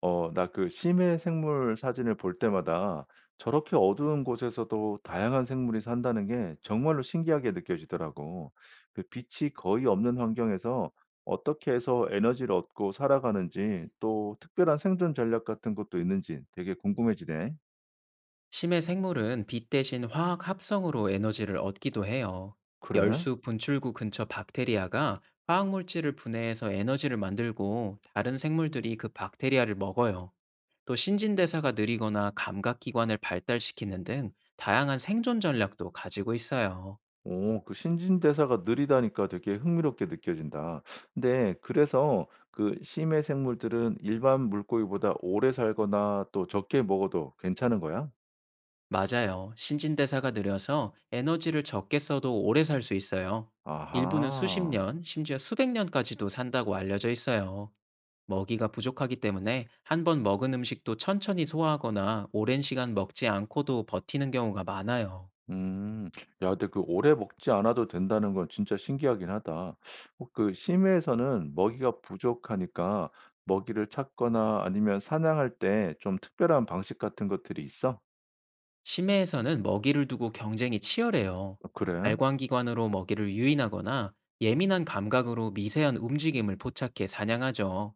나 그 심해 생물 사진을 볼 때마다 저렇게 어두운 곳에서도 다양한 생물이 산다는 게 정말로 신기하게 느껴지더라고. 그 빛이 거의 없는 환경에서 어떻게 해서 에너지를 얻고 살아가는지 또 특별한 생존 전략 같은 것도 있는지 되게 궁금해지네. 심해 생물은 빛 대신 화학 합성으로 에너지를 얻기도 해요. 그래? 열수 분출구 근처 박테리아가 화학 물질을 분해해서 에너지를 만들고 다른 생물들이 그 박테리아를 먹어요. 또 신진대사가 느리거나 감각기관을 발달시키는 등 다양한 생존 전략도 가지고 있어요. 오, 그 신진대사가 느리다니까 되게 흥미롭게 느껴진다. 근데 그래서 그 심해 생물들은 일반 물고기보다 오래 살거나 또 적게 먹어도 괜찮은 거야? 맞아요. 신진대사가 느려서 에너지를 적게 써도 오래 살 수 있어요. 일부는 수십 아하. 년, 심지어 수백 년까지도 산다고 알려져 있어요. 먹이가 부족하기 때문에 한 번 먹은 음식도 천천히 소화하거나 오랜 시간 먹지 않고도 버티는 경우가 많아요. 음. 야 근데 그 오래 먹지 않아도 된다는 건 진짜 신기하긴 하다. 그 심해에서는 먹이가 부족하니까 먹이를 찾거나 아니면 사냥할 때 좀 특별한 방식 같은 것들이 있어? 심해에서는 먹이를 두고 경쟁이 치열해요. 어 그래? 발광기관으로 먹이를 유인하거나 예민한 감각으로 미세한 움직임을 포착해 사냥하죠.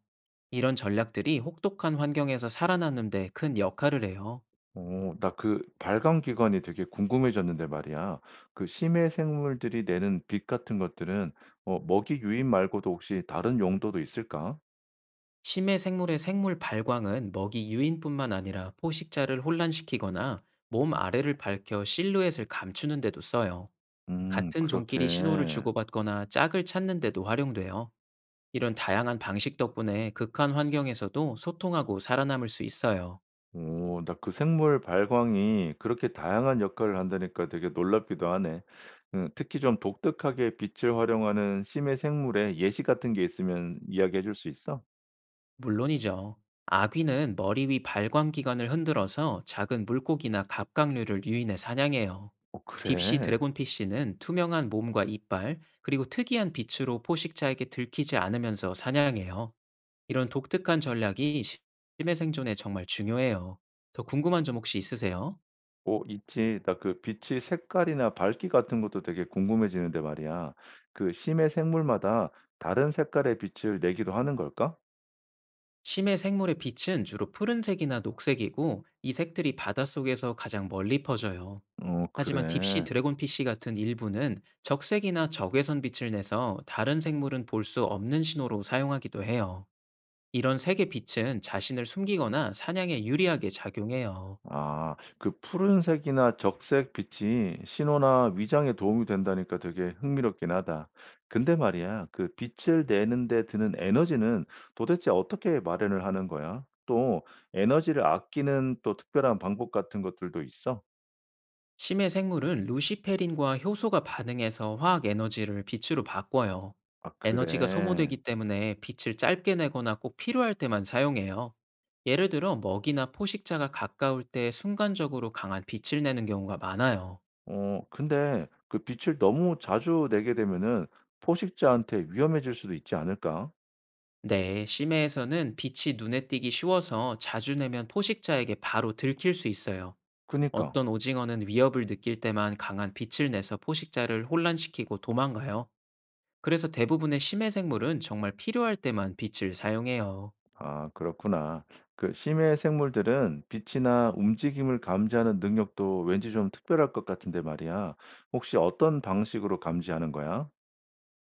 이런 전략들이 혹독한 환경에서 살아남는 데 큰 역할을 해요. 나 그 발광 기관이 되게 궁금해졌는데 말이야. 그 심해 생물들이 내는 빛 같은 것들은 먹이 유인 말고도 혹시 다른 용도도 있을까? 심해 생물의 생물 발광은 먹이 유인뿐만 아니라 포식자를 혼란시키거나 몸 아래를 밝혀 실루엣을 감추는 데도 써요. 같은 그렇게. 종끼리 신호를 주고받거나 짝을 찾는 데도 활용돼요. 이런 다양한 방식 덕분에 극한 환경에서도 소통하고 살아남을 수 있어요. 오, 나 그 생물 발광이 그렇게 다양한 역할을 한다니까 되게 놀랍기도 하네. 특히 좀 독특하게 빛을 활용하는 심해 생물의 예시 같은 게 있으면 이야기해 줄 수 있어? 물론이죠. 아귀는 머리 위 발광기관을 흔들어서 작은 물고기나 갑각류를 유인해 사냥해요. 어, 딥시 그래. 드래곤피쉬는 투명한 몸과 이빨, 그리고 특이한 빛으로 포식자에게 들키지 않으면서 사냥해요. 이런 독특한 전략이 심해 생존에 정말 중요해요. 더 궁금한 점 혹시 있으세요? 오, 있지. 나 그 빛의 색깔이나 밝기 같은 것도 되게 궁금해지는데 말이야. 그 심해 생물마다 다른 색깔의 빛을 내기도 하는 걸까? 심해 생물의 빛은 주로 푸른색이나 녹색이고 이 색들이 바닷속에서 가장 멀리 퍼져요. 어, 하지만 딥시 그래. 드래곤피쉬 같은 일부는 적색이나 적외선 빛을 내서 다른 생물은 볼 수 없는 신호로 사용하기도 해요. 이런 색의 빛은 자신을 숨기거나 사냥에 유리하게 작용해요. 아 그 푸른색이나 적색 빛이 신호나 위장에 도움이 된다니까 되게 흥미롭긴 하다. 근데 말이야, 그 빛을 내는 데 드는 에너지는 도대체 어떻게 마련을 하는 거야? 또 에너지를 아끼는 또 특별한 방법 같은 것들도 있어? 심해 생물은 루시페린과 효소가 반응해서 화학 에너지를 빛으로 바꿔요. 아 에너지가 그래. 소모되기 때문에 빛을 짧게 내거나 꼭 필요할 때만 사용해요. 예를 들어 먹이나 포식자가 가까울 때 순간적으로 강한 빛을 내는 경우가 많아요. 근데 그 빛을 너무 자주 내게 되면은 포식자한테 위험해질 수도 있지 않을까? 네, 심해에서는 빛이 눈에 띄기 쉬워서 자주 내면 포식자에게 바로 들킬 수 있어요. 그니까. 어떤 오징어는 위협을 느낄 때만 강한 빛을 내서 포식자를 혼란시키고 도망가요. 그래서 대부분의 심해 생물은 정말 필요할 때만 빛을 사용해요. 아 그렇구나. 그 심해 생물들은 빛이나 움직임을 감지하는 능력도 왠지 좀 특별할 것 같은데 말이야. 혹시 어떤 방식으로 감지하는 거야?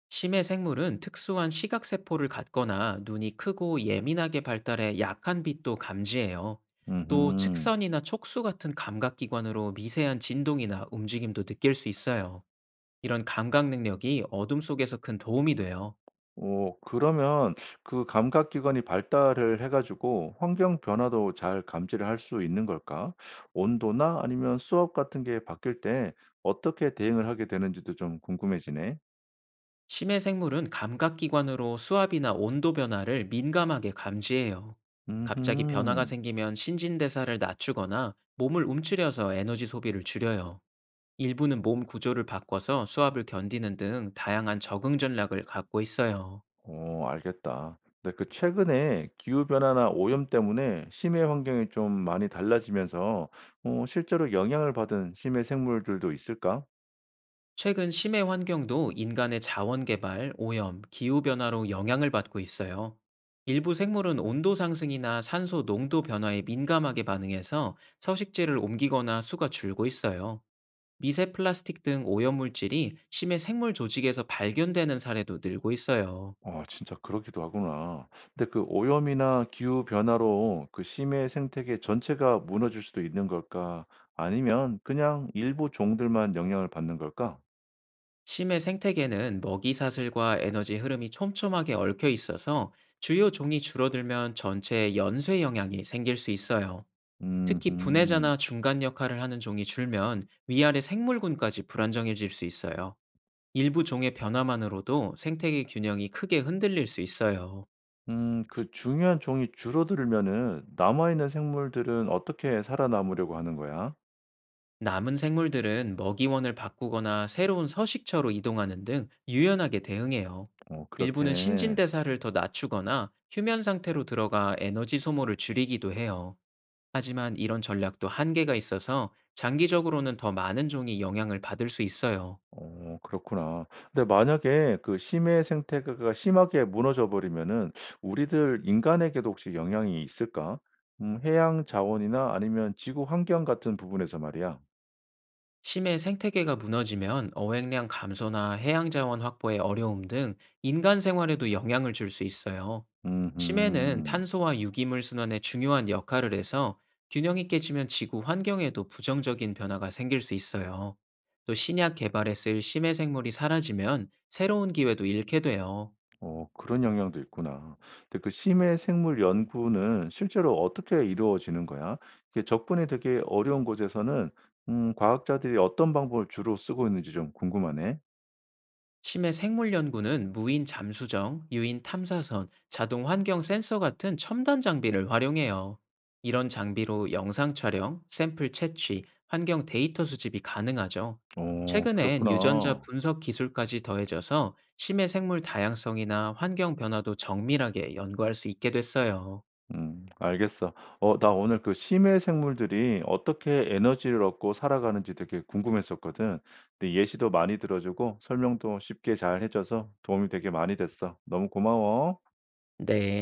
심해 생물은 특수한 시각세포를 갖거나 눈이 크고 예민하게 발달해 약한 빛도 감지해요. 또 오 측선이나 촉수 같은 감각기관으로 미세한 진동이나 움직임도 느낄 수 있어요. 이런 감각 능력이 어둠 속에서 큰 도움이 돼요. 그러면 그 감각 기관이 발달을 해 가지고 환경 변화도 잘 감지를 할 수 있는 걸까? 온도나 아니면 수압 같은 게 바뀔 때 어떻게 대응을 하게 되는지도 좀 궁금해지네. 심해 생물은 감각기관으로 수압이나 온도 변화를 민감하게 감지해요. 갑자기 변화가 음 생기면 신진대사를 낮추거나 몸을 움츠려서 에너지 소비를 줄여요. 일부는 몸 구조를 바꿔서 수압을 견디는 등 다양한 적응 전략을 갖고 있어요. 어 알겠다. 근데 그 최근에 기후 변화나 오염 때문에 심해 환경이 좀 많이 달라지면서 실제로 영향을 받은 심해 생물들도 있을까? 최근 심해 환경도 인간의 자원 개발, 오염, 기후변화로 영향을 받고 있어요. 일부 생물은 온도 상승이나 산소 농도 변화에 민감하게 반응해서 서식지를 옮기거나 수가 줄고 있어요. 미세 플라스틱 등 오염물질이 심해 생물 조직에서 발견되는 사례도 늘고 있어요. 어 진짜 그러기도 하구나. 근데 그 오염이나 기후 변화로 그 심해 생태계 전체가 무너질 수도 있는 걸까? 아니면 그냥 일부 종들만 영향을 받는 걸까? 심해 생태계는 먹이 사슬과 에너지 흐름이 촘촘하게 얽혀 있어서 주요 종이 줄어들면 전체에 연쇄 영향이 생길 수 있어요. 음 특히 음, 분해자나 중간 역할을 하는 종이 줄면 위아래 생물군까지 불안정해질 수 있어요. 일부 종의 변화만으로도 생태계 균형이 크게 흔들릴 수 있어요. 그 중요한 종이 줄어들면은 남아있는 생물들은 어떻게 살아남으려고 하는 거야? 남은 생물들은 먹이원을 바꾸거나 새로운 서식처로 이동하는 등 유연하게 대응해요. 어 일부는 그렇게. 신진대사를 더 낮추거나 휴면 상태로 들어가 에너지 소모를 줄이기도 해요. 하지만 이런 전략도 한계가 있어서 장기적으로는 더 많은 종이 영향을 받을 수 있어요. 어 그렇구나. 근데 만약에 그 심해 생태계가 심하게 무너져 버리면은 우리들 인간에게도 혹시 영향이 있을까? 해양 자원이나 아니면 지구 환경 같은 부분에서 말이야. 심해 생태계가 무너지면 어획량 감소나 해양자원 확보의 어려움 등 인간 생활에도 영향을 줄 수 있어요. 심해는 음 탄소와 유기물 순환에 중요한 역할을 해서 균형이 깨지면 지구 환경에도 부정적인 변화가 생길 수 있어요. 또 신약 개발에 쓸 심해 생물이 사라지면 새로운 기회도 잃게 돼요. 어 그런 영향도 있구나. 근데 그 심해 생물 연구는 실제로 어떻게 이루어지는 거야? 이게 접근이 되게 어려운 곳에서는 과학자들이 어떤 방법을 주로 쓰고 있는지 좀 궁금하네. 심해 생물 연구는 무인 잠수정, 유인 탐사선, 자동 환경 센서 같은 첨단 장비를 활용해요. 이런 장비로 영상 촬영, 샘플 채취, 환경 데이터 수집이 가능하죠. 어 최근엔 유전자 그렇구나. 분석 기술까지 더해져서 심해 생물 다양성이나 환경 변화도 정밀하게 연구할 수 있게 됐어요. 알겠어. 나 오늘 그 심해 생물들이 어떻게 에너지를 얻고 살아가는지 되게 궁금했었거든. 근데 예시도 많이 들어주고 설명도 쉽게 잘 해줘서 도움이 되게 많이 됐어. 너무 고마워. 네.